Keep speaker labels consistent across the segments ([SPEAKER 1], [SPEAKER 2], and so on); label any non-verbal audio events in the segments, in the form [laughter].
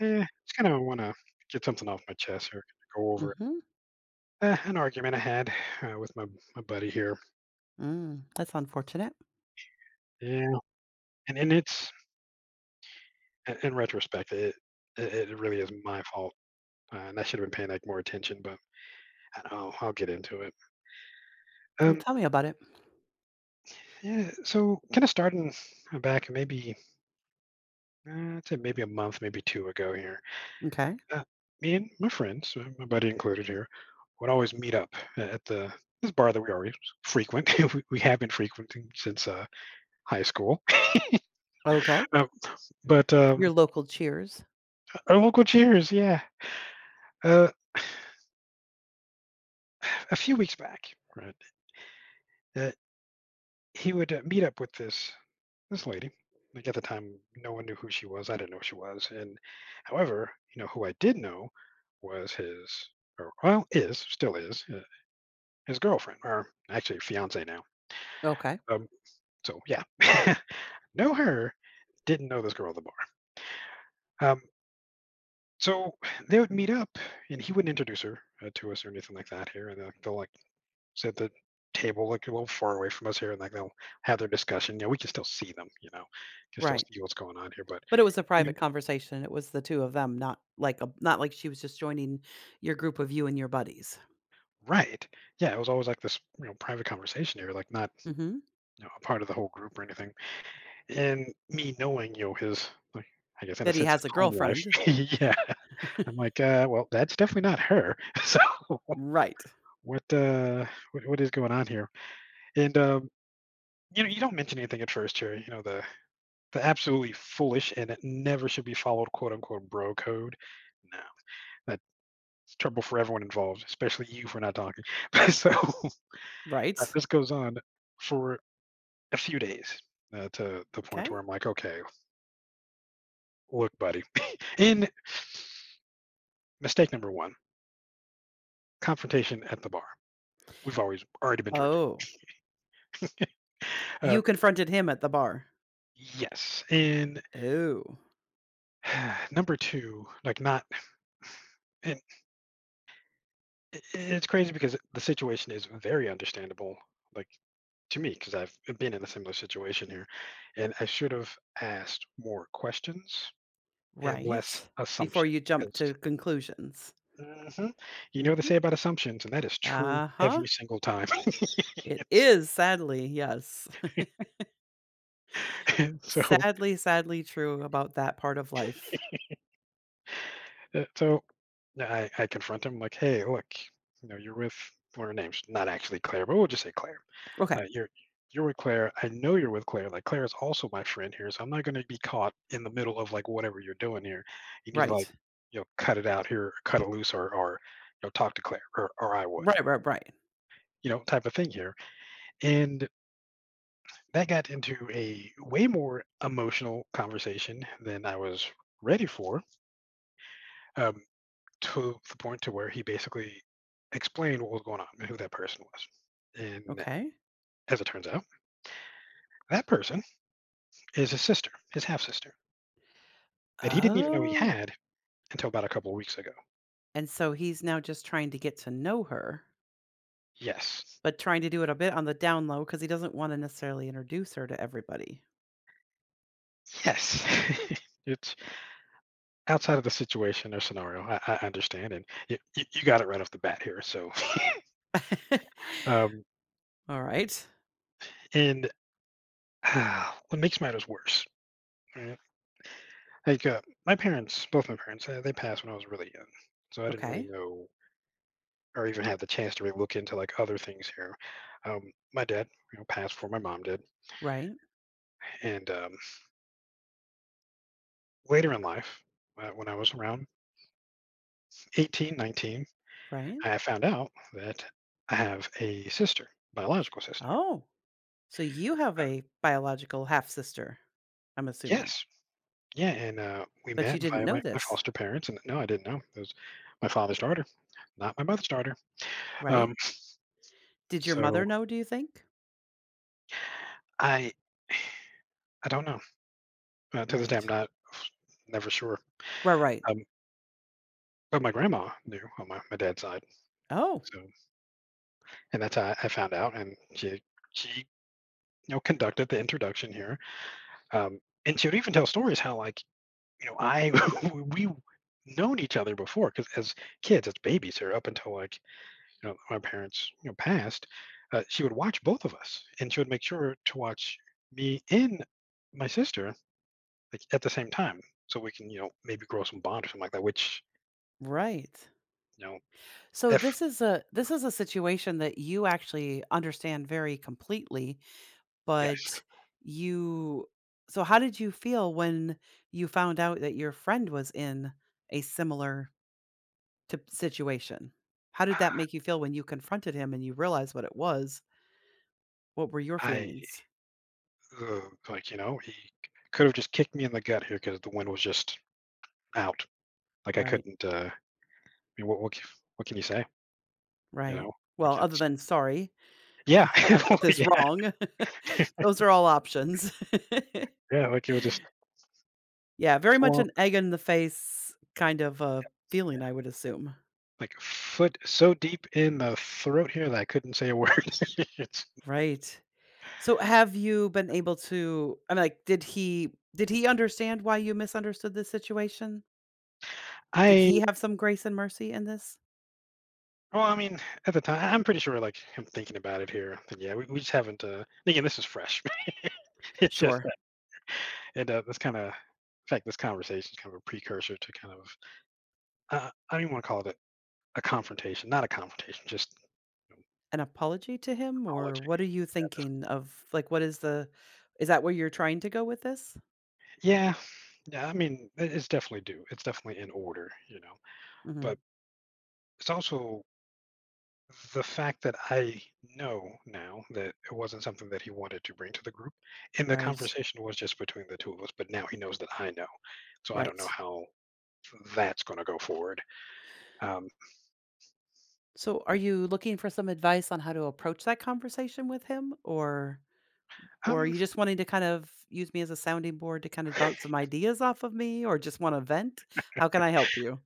[SPEAKER 1] Just kind of want to get something off my chest here. Go over
[SPEAKER 2] Mhm.
[SPEAKER 1] an argument I had with my buddy here.
[SPEAKER 2] Mm, that's unfortunate.
[SPEAKER 1] Yeah, and it's in retrospect, it really is my fault, and I should have been paying like more attention. But I don't know, I'll get into it.
[SPEAKER 2] Well,
[SPEAKER 1] Um,
[SPEAKER 2] tell me about it.
[SPEAKER 1] yeah. So kind of starting back maybe I'd say maybe a month, maybe two ago here.
[SPEAKER 2] Okay.
[SPEAKER 1] Uh, Me and my friends, my buddy included here, would always meet up a- at the this bar that we always frequent. [laughs] We have been frequenting since high school.
[SPEAKER 2] Okay.
[SPEAKER 1] Uh, but
[SPEAKER 2] Your
[SPEAKER 1] um,
[SPEAKER 2] local Cheers.
[SPEAKER 1] our local Cheers, yeah. Uh, a few weeks back, right, uh, he would meet up with this lady. Like at the time, no one knew who she was. I didn't know who she was. And however, you know who I did know was his, or well, is still is, his girlfriend, or actually fiance now.
[SPEAKER 2] Okay.
[SPEAKER 1] Um, so yeah, [laughs] know her. Didn't know this girl at the bar. Um, so they would meet up, and he wouldn't introduce her to us or anything like that. Here, and they'll like sit at the table like a little far away from us here, and like they'll have their discussion. Yeah, we can still see them. You know, can still
[SPEAKER 2] Right.
[SPEAKER 1] see what's going on here. But
[SPEAKER 2] But it was a private
[SPEAKER 1] you-
[SPEAKER 2] conversation. It was the two of them, not like she was just joining your group of you and your buddies.
[SPEAKER 1] right, yeah, it was always like this, private conversation here, like not
[SPEAKER 2] Mhm.
[SPEAKER 1] a part of the whole group or anything. And me knowing, his like, I guess in a
[SPEAKER 2] That he
[SPEAKER 1] sense his
[SPEAKER 2] has a
[SPEAKER 1] home life.
[SPEAKER 2] girlfriend.
[SPEAKER 1] [laughs] yeah, I'm like, well, that's definitely not her. [laughs] so
[SPEAKER 2] Right.
[SPEAKER 1] what, uh, what is going on here? And you don't mention anything at first here. You know, the But absolutely foolish, and it never should be followed, quote unquote, bro code. No, that's trouble for everyone involved, especially you for not talking. [laughs] so
[SPEAKER 2] Right.
[SPEAKER 1] this goes on for a few days to the point to where
[SPEAKER 2] Okay.
[SPEAKER 1] I'm like, okay, look, buddy. [laughs] In mistake number one, confrontation at the bar. We've always already been drinking.
[SPEAKER 2] Oh.
[SPEAKER 1] [laughs]
[SPEAKER 2] You
[SPEAKER 1] uh,
[SPEAKER 2] confronted him at the bar.
[SPEAKER 1] yes. And
[SPEAKER 2] Oh.
[SPEAKER 1] [sighs] number two, like not, and it's crazy because the situation is very understandable. Like to me because I've been in a similar situation here. And I should have asked more questions and less
[SPEAKER 2] Right. Before
[SPEAKER 1] assumption.
[SPEAKER 2] you jump to conclusions.
[SPEAKER 1] Because you know what they
[SPEAKER 2] Mhm.
[SPEAKER 1] say about assumptions, and that is true
[SPEAKER 2] Uh-huh.
[SPEAKER 1] every single time. [laughs]
[SPEAKER 2] It
[SPEAKER 1] It's-
[SPEAKER 2] is sadly, yes.
[SPEAKER 1] [laughs] so,
[SPEAKER 2] Sadly, sadly true about that part of life.
[SPEAKER 1] so I confront him like, "Hey, look, you're with one of her names, not actually Claire, but we'll just say Claire."
[SPEAKER 2] Okay,
[SPEAKER 1] Uh, you're you're with Claire. I know you're with Claire. Like Claire is also my friend here, so I'm not going to be caught in the middle of like whatever you're doing here. You need to like
[SPEAKER 2] right.
[SPEAKER 1] cut it out here, cut it loose, or talk to Claire, or I would
[SPEAKER 2] Right, right, right.
[SPEAKER 1] type of thing here. And that got into a way more emotional conversation than I was ready for. Um, to the point to where he basically explained what was going on and who that person was. And
[SPEAKER 2] Okay.
[SPEAKER 1] as it turns out, that person is his sister, his half sister that he didn't even know he
[SPEAKER 2] Oh,
[SPEAKER 1] had until about a couple of weeks ago.
[SPEAKER 2] and so he's now just trying to get to know her,
[SPEAKER 1] Yes.
[SPEAKER 2] but trying to do it a bit on the down low because he doesn't wanna necessarily introduce her to everybody.
[SPEAKER 1] Yes. [laughs] It's outside of the situation or scenario. I understand. And you got it right off the bat here. So,
[SPEAKER 2] [laughs]
[SPEAKER 1] um,
[SPEAKER 2] All right.
[SPEAKER 1] and what makes matters worse, right? Like, both my parents, they passed when I was really young. So I didn't really
[SPEAKER 2] Okay.
[SPEAKER 1] know or even have the chance to really look into like other things here. Um, my dad, passed before my mom did.
[SPEAKER 2] Right,
[SPEAKER 1] And later in life, when I was around 18, 19,
[SPEAKER 2] right.
[SPEAKER 1] I found out that I have a sister, biological sister.
[SPEAKER 2] Oh, so you have
[SPEAKER 1] Uh,
[SPEAKER 2] a biological half-sister, I'm assuming,
[SPEAKER 1] yes. Yeah, and, we
[SPEAKER 2] but you
[SPEAKER 1] met
[SPEAKER 2] didn't
[SPEAKER 1] via
[SPEAKER 2] know
[SPEAKER 1] my
[SPEAKER 2] this,
[SPEAKER 1] foster parents, and no, I didn't know. It was my father's daughter, not my mother's daughter.
[SPEAKER 2] right?
[SPEAKER 1] Um,
[SPEAKER 2] Did your
[SPEAKER 1] so
[SPEAKER 2] mother know, do you think?
[SPEAKER 1] I I don't know. To this day,
[SPEAKER 2] Right.
[SPEAKER 1] I'm not never sure.
[SPEAKER 2] Right, right.
[SPEAKER 1] Um, but my grandma knew on my dad's side,
[SPEAKER 2] Oh.
[SPEAKER 1] so and that's how I found out, and she conducted the introduction here. Um, and she would even tell stories how, like, I [laughs] we known each other before because as kids, as babies, or up until like my parents passed, she would watch both of us, and she would make sure to watch me and my sister like at the same time, so we can maybe grow some bond or something like that. Which
[SPEAKER 2] Right.
[SPEAKER 1] you know,
[SPEAKER 2] So
[SPEAKER 1] if
[SPEAKER 2] this is a situation that you actually understand very completely,
[SPEAKER 1] yes,
[SPEAKER 2] but you so how did you feel when you found out that your friend was in a similar situation? How did
[SPEAKER 1] I
[SPEAKER 2] that make you feel when you confronted him and you realized what it was? What were your
[SPEAKER 1] I,
[SPEAKER 2] feelings?
[SPEAKER 1] ugh, like he could have just kicked me in the gut here because the wind was just out. Like I
[SPEAKER 2] Right.
[SPEAKER 1] couldn't. I mean, what can you say? You
[SPEAKER 2] Right.
[SPEAKER 1] know, like
[SPEAKER 2] Well, other
[SPEAKER 1] it's
[SPEAKER 2] than sorry,
[SPEAKER 1] yeah,
[SPEAKER 2] I
[SPEAKER 1] [laughs]
[SPEAKER 2] got this
[SPEAKER 1] yeah.
[SPEAKER 2] wrong. [laughs] Those are all options. [laughs]
[SPEAKER 1] Yeah, like, it was just
[SPEAKER 2] Yeah, very much
[SPEAKER 1] full-on,
[SPEAKER 2] an egg in the face kind of a feeling, I would assume.
[SPEAKER 1] like, foot so deep in the throat here that I couldn't say a word. [laughs] It's
[SPEAKER 2] Right. So have you been able to, I mean, like, did he understand why you misunderstood this situation? Did
[SPEAKER 1] I
[SPEAKER 2] he have some grace and mercy in this?
[SPEAKER 1] Well, I mean, at the time I'm pretty sure, like, I'm thinking about it here, but, yeah, we just haven't, again, this is fresh. [laughs] It's just
[SPEAKER 2] Sure.
[SPEAKER 1] that and, This kinda in fact, this conversation is kind of a precursor to kind of I don't even wanna call it a confrontation, not a confrontation, just an
[SPEAKER 2] An apology to him or
[SPEAKER 1] apology.
[SPEAKER 2] what are you
[SPEAKER 1] Yeah, just
[SPEAKER 2] thinking of? Like, what is the is that where you're trying to go with this?
[SPEAKER 1] Yeah, yeah, I mean, it's definitely due. It's definitely in order,
[SPEAKER 2] Mhm.
[SPEAKER 1] but it's also the fact that I know now that it wasn't something that he wanted to bring to the group, and the
[SPEAKER 2] Right.
[SPEAKER 1] conversation was just between the two of us, but now he knows that I know. So I don't know
[SPEAKER 2] Right.
[SPEAKER 1] how that's going to go forward. Um,
[SPEAKER 2] So are you looking for some advice on how to approach that conversation with him, or are
[SPEAKER 1] um,
[SPEAKER 2] you just wanting to kind of use me as a sounding board to kind of bounce some ideas off of me or just wanna vent? How can I help you?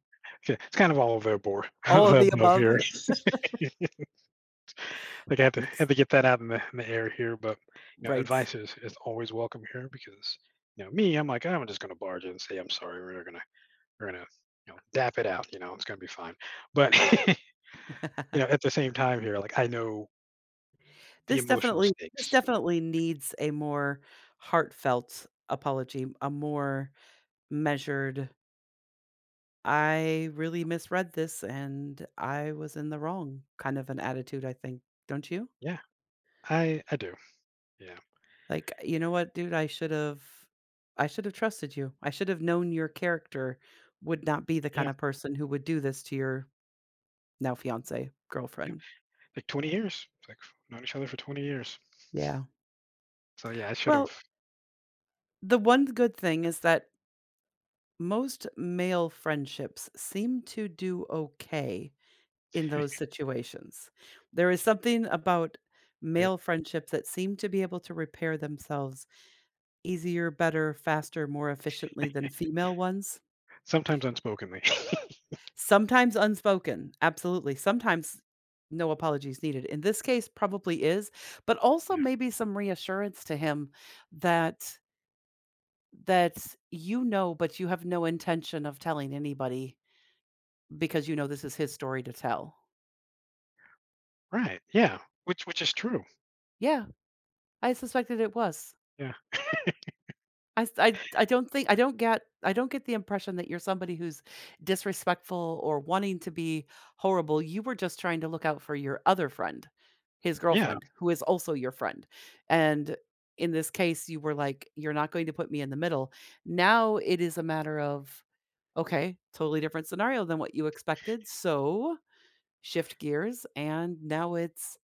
[SPEAKER 1] yeah, it's kind of all over the board [laughs]
[SPEAKER 2] All of the
[SPEAKER 1] above
[SPEAKER 2] above?
[SPEAKER 1] here. [laughs] like I
[SPEAKER 2] That
[SPEAKER 1] had to
[SPEAKER 2] makes
[SPEAKER 1] had to get that out in the air here, but
[SPEAKER 2] Right.
[SPEAKER 1] advice is always welcome here because you know me, I'm just going to barge in and say I'm sorry. We're gonna dap it out. You know, it's going to be fine. But [laughs] you know,
[SPEAKER 2] [laughs]
[SPEAKER 1] at the same time here, like I know the
[SPEAKER 2] This
[SPEAKER 1] emotional
[SPEAKER 2] definitely this
[SPEAKER 1] stakes.
[SPEAKER 2] definitely needs a more heartfelt apology, a more measured, "I really misread this and I was in the wrong," kind of an attitude, I think. Don't you?
[SPEAKER 1] Yeah, I do. Yeah,
[SPEAKER 2] Like, you know what, dude? I should have trusted you. I should have known your character would not be the kind
[SPEAKER 1] yeah,
[SPEAKER 2] of person who would do this to your now fiance,
[SPEAKER 1] yeah.
[SPEAKER 2] girlfriend.
[SPEAKER 1] Like 20 years, like known each other for 20 years.
[SPEAKER 2] Yeah.
[SPEAKER 1] So yeah, I should have.
[SPEAKER 2] Well, the one good thing is that most male friendships seem to do okay in those situations. There is something about
[SPEAKER 1] eh,
[SPEAKER 2] male friendships that seem to be able to repair themselves easier, better, faster, more efficiently than female ones.
[SPEAKER 1] Sometimes unspokenly. [laughs]
[SPEAKER 2] Sometimes unspoken, absolutely. Sometimes no apologies needed. In this case, probably is, but also
[SPEAKER 1] Yeah.
[SPEAKER 2] maybe some reassurance to him that but you have no intention of telling anybody because you know this is his story to tell.
[SPEAKER 1] Right. Yeah. Which is true.
[SPEAKER 2] Yeah, I suspected it was.
[SPEAKER 1] Yeah.
[SPEAKER 2] I s I don't think
[SPEAKER 1] Yeah.
[SPEAKER 2] I don't get the impression that you're somebody who's disrespectful or wanting to be horrible. You were just trying to look out for your other friend, his
[SPEAKER 1] Yeah.
[SPEAKER 2] girlfriend, who is also your friend, and in this case, you were like, "You're not going to put me in the middle." Now it is a matter of, okay, totally different scenario than what you expected, so shift gears, and now it's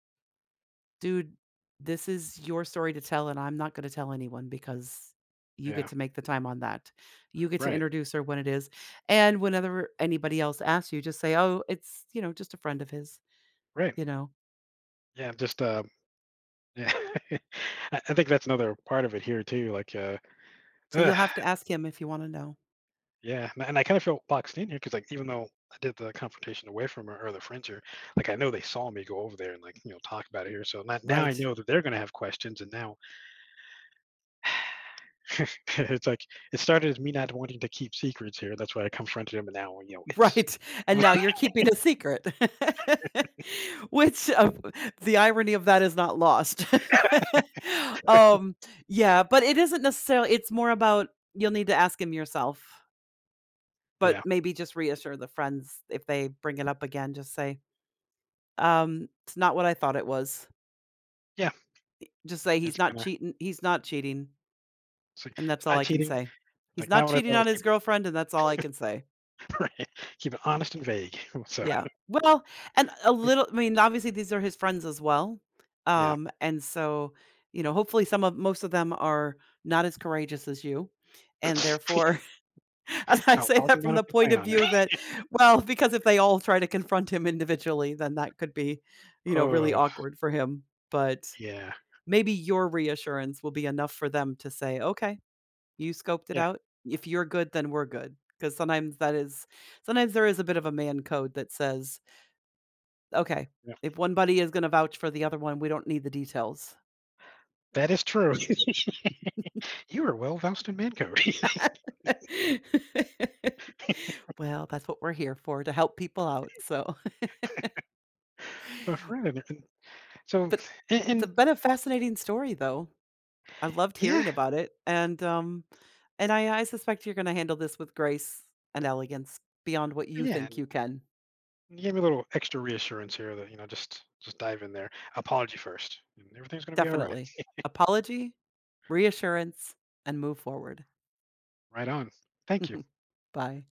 [SPEAKER 2] dude, this is your story to tell, and I'm not going to tell anyone because you get
[SPEAKER 1] Yeah.
[SPEAKER 2] to make the time on that. You get to
[SPEAKER 1] Right.
[SPEAKER 2] introduce her when it is. And whenever anybody else asks you, just say, oh, it's, just a friend of his,
[SPEAKER 1] Right.
[SPEAKER 2] you know.
[SPEAKER 1] Yeah. Just. Yeah. [laughs] I think that's another part of it here too. Like.
[SPEAKER 2] So
[SPEAKER 1] [sighs]
[SPEAKER 2] you'll have to ask him if you want to know.
[SPEAKER 1] Yeah, and I kind of felt boxed in here because, like, even though I did the confrontation away from her or the friends here, like, I know they saw me go over there and, like, talk about it here. So not, now I
[SPEAKER 2] Right.
[SPEAKER 1] know
[SPEAKER 2] [laughs]
[SPEAKER 1] that they're going to have questions. And now [laughs] it's like, it started as me not wanting to keep secrets here. That's why I confronted him. And now, it's,
[SPEAKER 2] Right. And now
[SPEAKER 1] [laughs]
[SPEAKER 2] you're keeping a secret, [laughs] which, the irony of that is not lost. [laughs] um, yeah, but it isn't necessarily, it's more about you'll need to ask him yourself. But
[SPEAKER 1] yeah,
[SPEAKER 2] maybe just reassure the friends if they bring it up again, just say, it's not what I thought it was."
[SPEAKER 1] yeah,
[SPEAKER 2] Just say, "He's
[SPEAKER 1] it's
[SPEAKER 2] not
[SPEAKER 1] kind of,
[SPEAKER 2] cheating. He's not cheating,"
[SPEAKER 1] it's, like,
[SPEAKER 2] and that's
[SPEAKER 1] it's
[SPEAKER 2] all
[SPEAKER 1] not
[SPEAKER 2] I can
[SPEAKER 1] cheating.
[SPEAKER 2] say. "He's
[SPEAKER 1] Like, not
[SPEAKER 2] not
[SPEAKER 1] what I
[SPEAKER 2] cheating
[SPEAKER 1] thought it was.
[SPEAKER 2] on his
[SPEAKER 1] Keep
[SPEAKER 2] girlfriend, and that's all I can say."
[SPEAKER 1] [laughs] right, keep it honest and vague. [laughs] So,
[SPEAKER 2] Yeah. Well, and a little, I mean, obviously, these are his friends as well,
[SPEAKER 1] yeah. [sniffs]
[SPEAKER 2] and so, hopefully some of most of them are not as courageous as you, and
[SPEAKER 1] [laughs]
[SPEAKER 2] therefore [laughs] And I
[SPEAKER 1] I'll
[SPEAKER 2] say
[SPEAKER 1] talk
[SPEAKER 2] that from
[SPEAKER 1] about
[SPEAKER 2] the
[SPEAKER 1] if they
[SPEAKER 2] point
[SPEAKER 1] plan
[SPEAKER 2] of
[SPEAKER 1] on it.
[SPEAKER 2] view that, well, because if they all try to confront him individually, then that could be, really
[SPEAKER 1] Oh,
[SPEAKER 2] awkward for him, but
[SPEAKER 1] yeah.
[SPEAKER 2] maybe your reassurance will be enough for them to say, "Okay, you scoped it
[SPEAKER 1] Yeah.
[SPEAKER 2] out. If you're good, then we're good." Because sometimes there is a bit of a man code that says, "Okay,
[SPEAKER 1] Yeah.
[SPEAKER 2] if one buddy is gonna vouch for the other one, we don't need the details."
[SPEAKER 1] That is true. You are well versed in man code,
[SPEAKER 2] [laughs] Well, that's what we're here for, to help people out, so
[SPEAKER 1] [laughs] my friend. And so,
[SPEAKER 2] But
[SPEAKER 1] and,
[SPEAKER 2] it's a
[SPEAKER 1] and
[SPEAKER 2] been a fascinating story, though. I loved
[SPEAKER 1] yeah,
[SPEAKER 2] hearing about it, and I suspect you're gonna handle this with grace and elegance beyond what you
[SPEAKER 1] yeah,
[SPEAKER 2] think
[SPEAKER 1] and
[SPEAKER 2] you can.
[SPEAKER 1] you gave me a little extra reassurance here that just dive in there. Apology first, and everything's going to be all right.
[SPEAKER 2] Definitely. Apology, reassurance, and move forward.
[SPEAKER 1] Right on. Thank you.
[SPEAKER 2] [laughs] Bye.